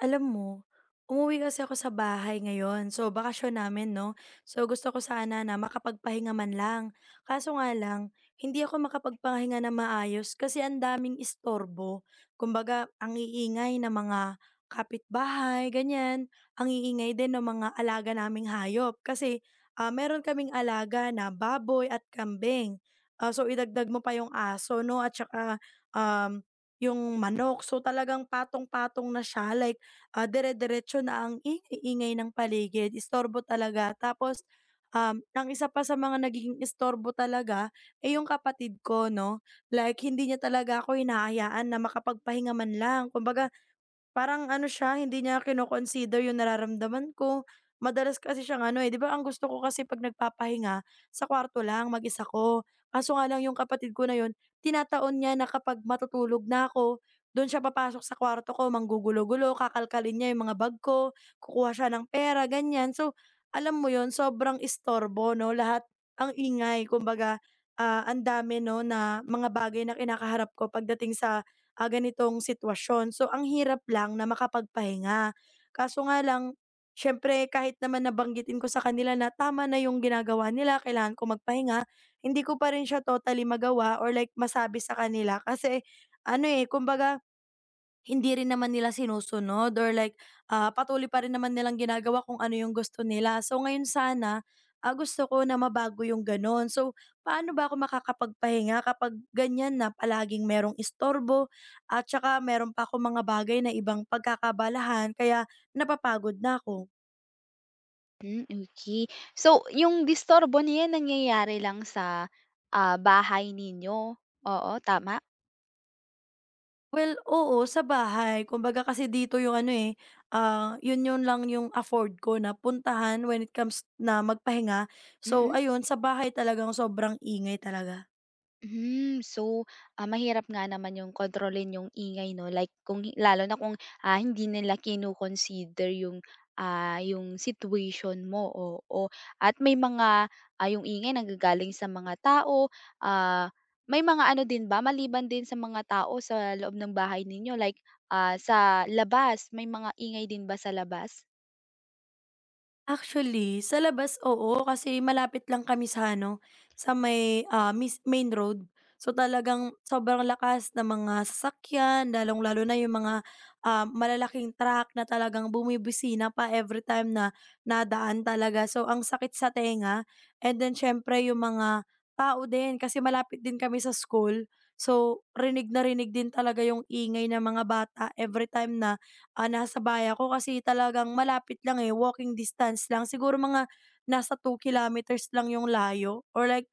Alam mo, umuwi kasi ako sa bahay ngayon. So, bakasyon namin, no? So, gusto ko sana na makapagpahinga man lang. Kaso nga lang, hindi ako makapagpahinga na maayos kasi ang daming istorbo. Kumbaga, ang iingay ng mga kapitbahay, ganyan. Ang iingay din ng mga alaga naming hayop. Kasi, meron kaming alaga na baboy at kambing. So, idagdag mo pa yung aso, no? At saka, um, yung manok. So talagang patong-patong na siya. Like, dire-diretso na ang ingay-ingay ng paligid, istorbo talaga. Tapos, ang isa pa sa mga nagiging istorbo talaga ay yung kapatid ko, 'no? Like, hindi niya talaga ako hinahayaan na makapagpahinga man lang. Kumbaga, parang ano siya, hindi niya kino-consider yung nararamdaman ko. Madalas kasi siyang ano, eh, 'di ba ang gusto ko kasi 'pag nagpapahinga, sa kwarto lang, mag-isa ko. Kaso nga lang yung kapatid ko na yun, tinataon niya na kapag matutulog na ako, dun siya papasok sa kwarto ko, manggugulo-gulo, kakalkalin niya yung mga bag ko, kukuha siya ng pera, ganyan. So, alam mo yon, sobrang istorbo 'no, lahat ang ingay, kumbaga, ang dami 'no, na mga bagay na kinakaharap ko pagdating sa ganitong sitwasyon. So, ang hirap lang na makapagpahinga. Kaso nga lang, syempre kahit naman nabanggitin ko sa kanila na tama na yung ginagawa nila, kailangan ko magpahinga, hindi ko pa rin siya totally magawa or like masabi sa kanila kasi ano eh, kumbaga hindi rin naman nila sinusunod or like, patuloy pa rin naman nilang ginagawa kung ano yung gusto nila. So ngayon sana, gusto ko na mabago yung gano'n. So, paano ba ako makakapagpahinga kapag ganyan na palaging merong istorbo at saka meron pa ako mga bagay na ibang pagkakabalahan, kaya napapagod na ako? Hmm, okay. So, yung disturbo na yan nangyayari lang sa, bahay ninyo? Oo, tama? Well, oo, sa bahay. Kumbaga kasi dito yung ano, eh, yun yun lang yung afford ko na puntahan when it comes na magpahinga. So Mm. ayun, sa bahay talagang sobrang ingay talaga. Hmm, so, Mahirap nga naman yung kontrolin yung ingay 'no, like kung lalo na kung, hindi nila kino-consider yung, yung situation mo, o o at may mga, yung ingay nanggagaling sa mga tao, ah, may mga ano din ba maliban din sa mga tao sa loob ng bahay ninyo like, sa labas, may mga ingay din ba sa labas? Actually, sa labas, oo, kasi malapit lang kami sa ano, sa may, mis main road. So, talagang sobrang lakas ng mga sasakyan, lalong-lalo na yung mga, malalaking truck na talagang bumibisina pa every time na nadaan talaga. So, ang sakit sa tenga and then siyempre yung mga tao din kasi malapit din kami sa school. So, rinig na rinig din talaga yung ingay ng mga bata every time na nasa bahay ako kasi talagang malapit lang, eh, walking distance lang. Siguro mga nasa 2 kilometers lang yung layo or like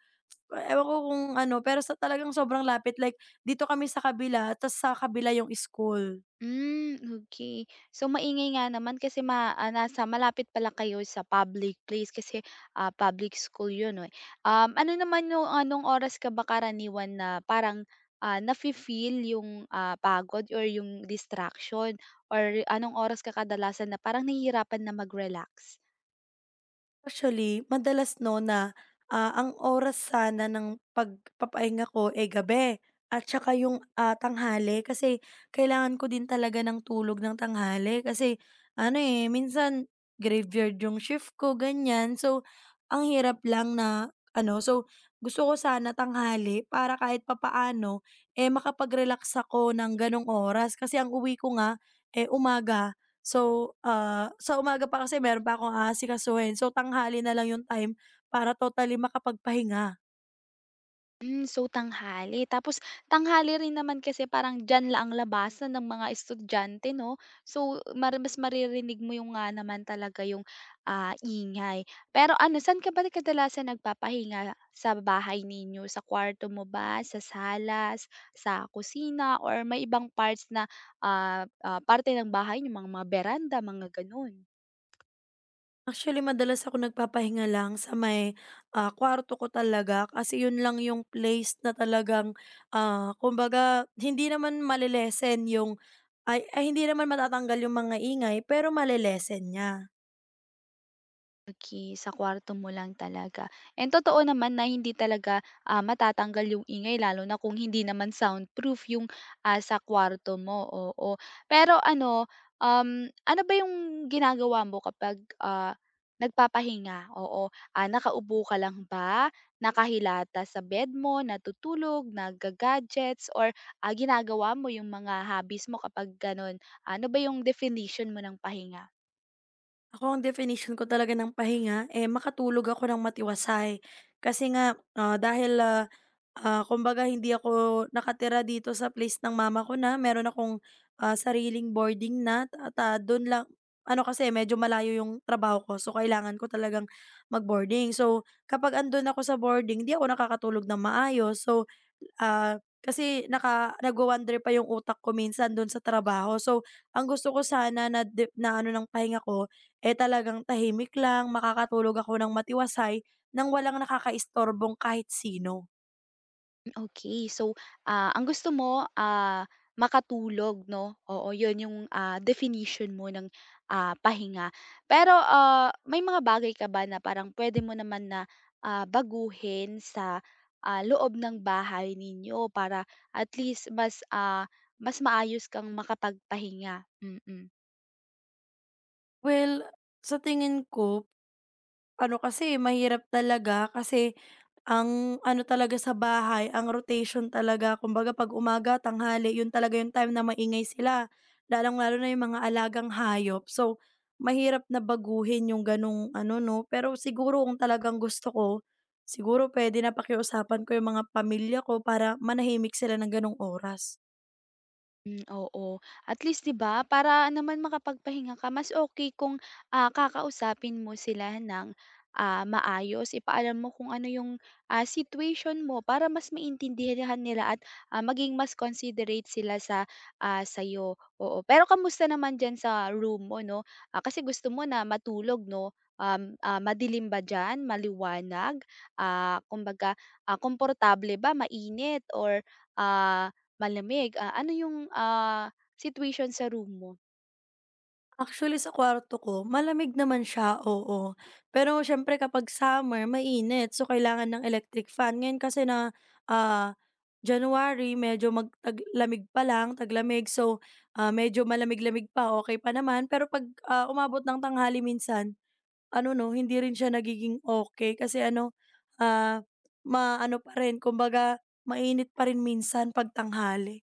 ewan ko kung ano, pero sa talagang sobrang lapit like dito kami sa kabila tas sa kabila yung school. Hmm, okay. So, maingay nga naman kasi nasa malapit pala kayo sa public place kasi, public school 'yun, eh. Ano naman 'yung anong oras ka ba karaniwan na parang, nafi-feel 'yung, pagod or 'yung distraction or anong oras ka kadalasan na parang nahihirapan na mag-relax? Actually, madalas 'no na, ang oras sana ng pagpapahinga ko, eh, gabi at saka yung, tanghali kasi kailangan ko din talaga ng tulog ng tanghali kasi ano, eh, minsan graveyard yung shift ko ganyan. So, ang hirap lang na ano, so gusto ko sana tanghali para kahit papaano, eh, makapag-relax ako ng gano'ng oras kasi ang uwi ko nga, eh, umaga. So, sa umaga pa kasi meron pa akong aasikasuhin. So, tanghali na lang yung time para totally makapagpahinga. So, tanghali. Tapos tanghali rin naman kasi parang diyan lang ang labasan ng mga estudyante 'no? So mas maririnig mo yung nga naman talaga yung, ingay. Pero ano, saan ka ba kadalasan nagpapahinga? Sa bahay ninyo? Sa kwarto mo ba, sa salas, sa kusina or may ibang parts na, parte ng bahay niyo, mga beranda, mga gano'n? Actually, madalas ako nagpapahinga lang sa may, kwarto ko talaga kasi yun lang yung place na talagang, kumbaga hindi naman male yung ay hindi naman matatanggal yung mga ingay pero male niya. Okey, sa kwarto mo lang talaga. And totoo naman na hindi talaga, matatanggal yung ingay lalo na kung hindi naman soundproof yung, sa kwarto mo, oo. Pero ano, ano ba yung ginagawa mo kapag, nagpapahinga? Oo, nakaupo ka lang ba, nakahilata sa bed mo, natutulog, nagga-gadgets or, ginagawa mo yung mga hobbies mo kapag gano'n? Ano ba yung definition mo ng pahinga? Ako ang definition ko talaga ng pahinga, eh, makatulog ako ng matiwasay. Kasi nga, dahil kumbaga hindi ako nakatira dito sa place ng mama ko na meron akong, sariling boarding na at, dun lang ano kasi medyo malayo yung trabaho ko so kailangan ko talagang mag-boarding. So, kapag andun ako sa boarding, hindi ako nakakatulog ng maayos. So, kasi nagwa-wander pa yung utak ko minsan dun sa trabaho. So, ang gusto ko sana na de na ano ng pahinga ko eh, talagang tahimik lang, makakatulog ako ng matiwasay nang walang nakakaistorbong kahit sino. Okay. So, ang gusto mo, makatulog 'no? Oo, 'yun yung, definition mo ng, pahinga. Pero, may mga bagay ka ba na parang pwede mo naman na, baguhin sa, loob ng bahay ninyo para at least mas, mas maayos kang makapagpahinga? Mm. Mm. Well, sa tingin ko, ano kasi, mahirap talaga kasi ang ano talaga sa bahay, ang rotation talaga. Kumbaga 'pag umaga, tanghali, 'yun talaga yung time na maingay sila, lalong-lalo na yung mga alagang hayop. So, mahirap na baguhin yung gano'ng ano 'no, pero siguro kung talagang gusto ko, siguro pwede na napakiusapan ko yung mga pamilya ko para manahimik sila ng gano'ng oras. Hmm, oo. At least 'di ba, para naman makapagpahinga ka mas okey kung, kakausapin mo sila ng, maayos. Ipaalam mo kung ano yung, situation mo para mas maintindihan nila at, maging mas considerate sila sa, sa'yo, oo. Pero kamusta naman diyan sa room mo 'no? Kasi gusto mo na matulog 'no? Madilim ba diyan, maliwanag? Kumbaga, komportable ba, mainit or, ah malamig, ano yung, situation sa room mo? Actually sa kwarto ko malamig naman siya, oo. Pero siyempre kapag summer mainit, so kailangan ng electric fan. Ngayon kasi na, ah, January medyo magtaglamig pa lang, taglamig. So, medyo malamig-lamig pa, okey pa naman. Pero 'pag, umabot ng tanghali minsan ano 'no, hindi rin siya nagiging okay kasi ano, ah, maano pa rin, kumbaga mainit pa rin minsan 'pag tanghali.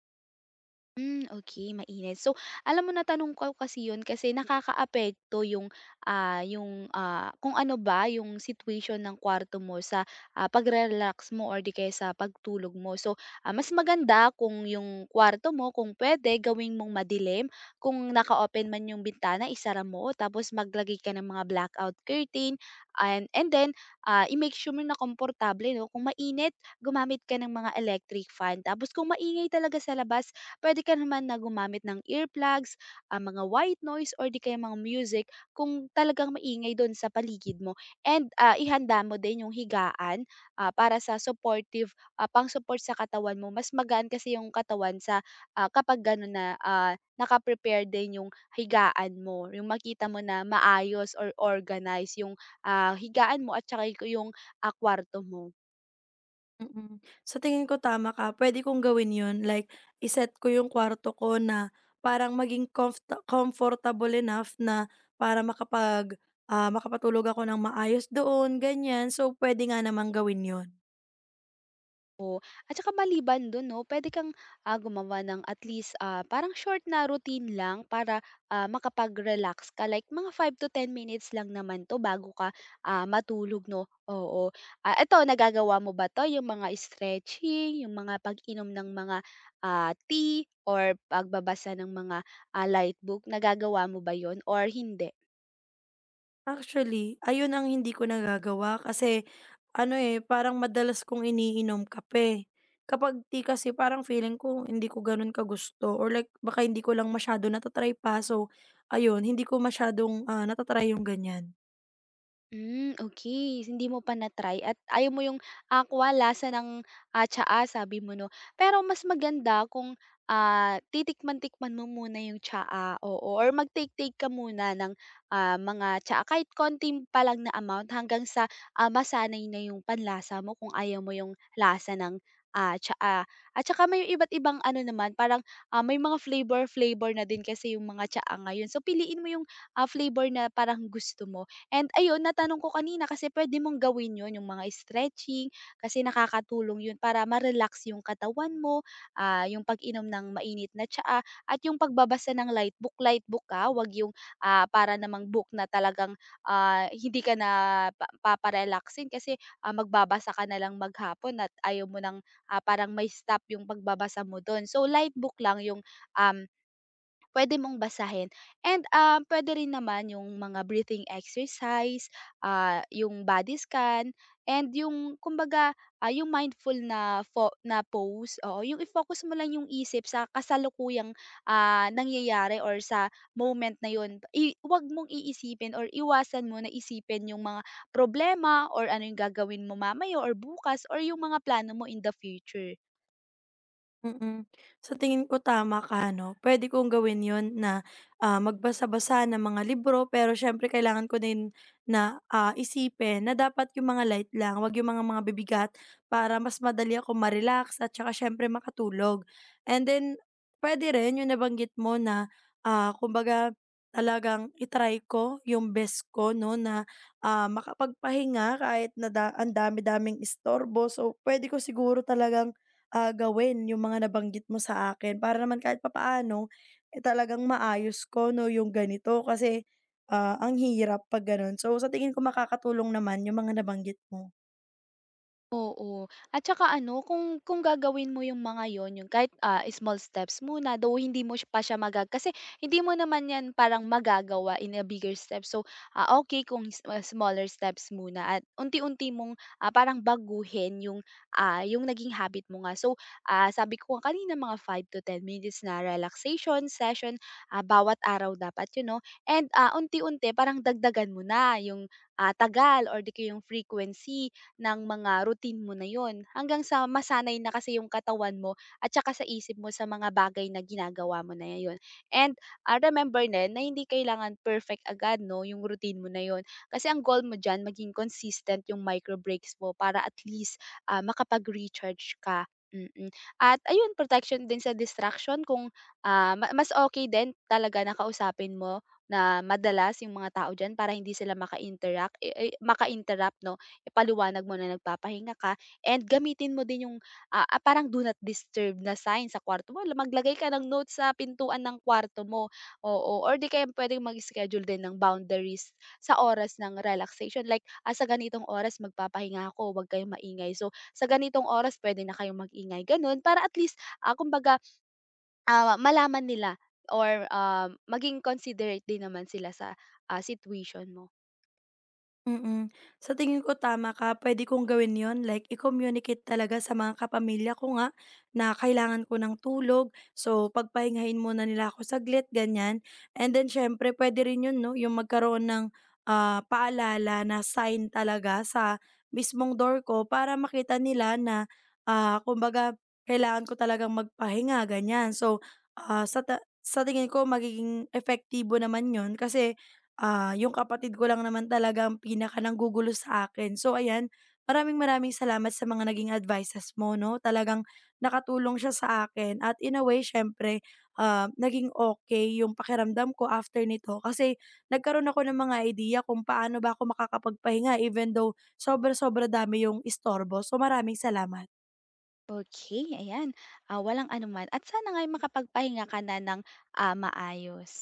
Hmm, okey mainit. So, alam mo natanong ko kasi 'yun kasi nakakaapekto yung, yung, kung ano ba yung situation ng kwarto mo sa, pagre-relax mo or di kaya sa pagtulog mo. So, mas maganda kung yung kwarto mo kung pwede gawing mong madilim, kung naka-open man yung bintana isara mo tapos maglagay ka ng mga blackout curtain, and then, i-make sure mo na komportable 'no. Kung mainit, gumamit ka ng mga electric fan tapos kung maingay talaga sa labas, puwede ka naman na gumamit ng earplugs, mga white noise or di kaya mga music kung talagang maingay dun sa paligid mo, and, ihanda mo din yung higaan, para sa supportive, pang-support sa katawan mo. Mas magaan kasi yung katawan sa, kapag ganon na, naka-prepare din yung higaan mo, yung makita mo na maayos or organized yung, higaan mo at tsaka yung, kwarto mo. Mm. Sa tingin ko tama ka, pwede kong gawin 'yun like iset ko 'yung kwarto ko na parang maging comfortable enough na para makapag, makapatulog ako ng maayos doon ganyan, so pwede nga namang gawin 'yun. Oo, at saka maliban dun 'no, puwede kang, gumawa ng at least, parang short na routine lang para, makapag-relax ka like mga 5 to 10 minutes lang naman 'to bago ka, matulog 'no, oo. Ah, eto nagagawa mo ba 'to yung mga stretching, yung mga pag-inom ng mga, tea or pagbabasa ng mga, light book, nagagawa mo ba yon or hindi? Actually, ayun ang hindi ko nagagawa kasi ano, eh, parang madalas kong iniinom kape. Kapag tea kasi parang feeling ko hindi ko gano'n kagusto or like baka hindi ko lang masyado nata pa so ayun, hindi ko masyadong, nata 'yung ganyan. Hmm, okay. So, hindi mo pa na-try at ayaw mo yung aqua, lasa ng, tsaa sabi mo 'no. Pero mas maganda kung, titikman-tikman mo muna yung tsaa, oo, or mag-take-take ka muna ng, mga tsaa kahit konti pa lang na amount hanggang sa, masanay na yung panlasa mo kung ayaw mo yung lasa ng, tsaa. At saka may iba't ibang ano naman parang, may mga flavor-flavor na din kasi yung mga tsaa ngayon. So, piliin mo yung, flavor na parang gusto mo. And ayun, natanong ko kanina kasi pwede mong gawin 'yun, yung mga stretching kasi nakakatulong 'yun para ma-relax yung katawan mo, yung pag-inom ng mainit na tsaa at yung pagbabasa ng light book. Light book, ka, huwag yung, para namang book na talagang, hindi ka na pa paparelaksin kasi, magbabasa ka na lang maghapon at ayaw mo nang parang may stop yung pagbabasa mo do'n. So, light book lang yung, um, puwede mong basahin, and, puwede rin naman yung mga breathing exercise, yung body scan and yung kumbaga, yung mindful na fo na pose, oo, yung i-focus mo lang yung isip sa kasalukuyang, nangyayari or sa moment na yun. I huwag mong iisipin or iwasan mo na isipin yung mga problema or ano yung gagawin mo mamaya or bukas or yung mga plano mo in the future. Mm. Sa tingin ko tama ka 'no, puwede kong gawin yon na, magbasa-basa ng mga libro pero siyempre kailangan ko din na, isipin na dapat yung mga light lang, 'wag yung mga bibigat para mas madali ako ma-relax at saka siyempre makatulog. And then pwede rin yung nabanggit mo na, kumbaga talagang i ko yung best ko 'no na, makapagpahinga kahit na da ang dami-daming istorbo. So, pwede ko siguro talagang gawin yung mga nabanggit mo sa akin para naman kahit papaano, eh, talagang maayos ko 'no yung ganito kasi, ang hirap 'pag gano'n. So, sa tingin ko makakatulong naman yung mga nabanggit mo. Oo. At saka ano, kung gagawin mo yung mga yon yung kahit, small steps muna, though hindi mo pa siya maga kasi hindi mo naman 'yan parang magagawa in a bigger step. So, okay kung smaller steps muna at unti-unti mong, parang baguhin yung, yung naging habit mo nga. So, sabi ko nga kanina mga 5 to 10 minutes na relaxation session, bawat araw dapat. And, unti-unti parang dagdagan mo na yung, tagal or di kaya yung frequency ng mga routine mo na yun, hanggang sa masanay na kasi yung katawan mo at saka sa isip mo sa mga bagay na ginagawa mo na yun. And, remember din na hindi kailangan perfect agad 'no, yung routine mo na yun. Kasi ang goal mo diyan maging consistent yung micro breaks mo para at least, makapag-recharge ka, mm. At ayun, protection din sa distraction kung, ah, ma mas okay din talaga na kausapin mo na madalas yung mga tao diyan para hindi sila maka-interact eh eh maka-interrupt 'no, ipaliwanag mo na nagpapahinga ka and gamitin mo din yung, parang do not disturb na sign sa kwarto mo. Maglagay ka ng notes sa pintuan ng kwarto mo, oo. Or di kaya puwedeng mag-schedule din ng boundaries sa oras ng relaxation like, sa ganitong oras magpapahinga ako, huwag kayong maingay. So, sa ganitong oras pwede na kayong mag-ingay, gano'n. Para at least, kumbaga, malaman nila or, maging considerate din naman sila sa, situation mo. Mm. Sa tingin ko tama ka, puwede kong gawin yon, like i-communicate talaga sa mga kapamilya ko nga na kailangan ko ng tulog. So, pagpahingahin muna nila ako saglit, ganiyan. And then siyempre puwede rin 'yun 'no, yung magkaroon ng, paalala na sign talaga sa mismong door ko para makita nila na, kumbaga kailangan ko talagang magpahinga, ganiyan. So, sa tingin ko magiging epektibo naman 'yun kasi yung kapatid ko lang naman talaga ang pinakananggugulo sa akin. So ayan, maraming-maraming salamat sa mga naging advices mo 'no, talagang nakatulong siya sa akin at in a way siyempre, naging okay yung pakiramdam ko after nito kasi nagkaroon ako ng mga idea kung paano ba ako makakapagpahinga even though sobra-sobra dami yung istorbo. So maraming salamat. Okay, ayan. Ah, walang anuman at sana nga'y makapagpahinga ka na ng, maayos.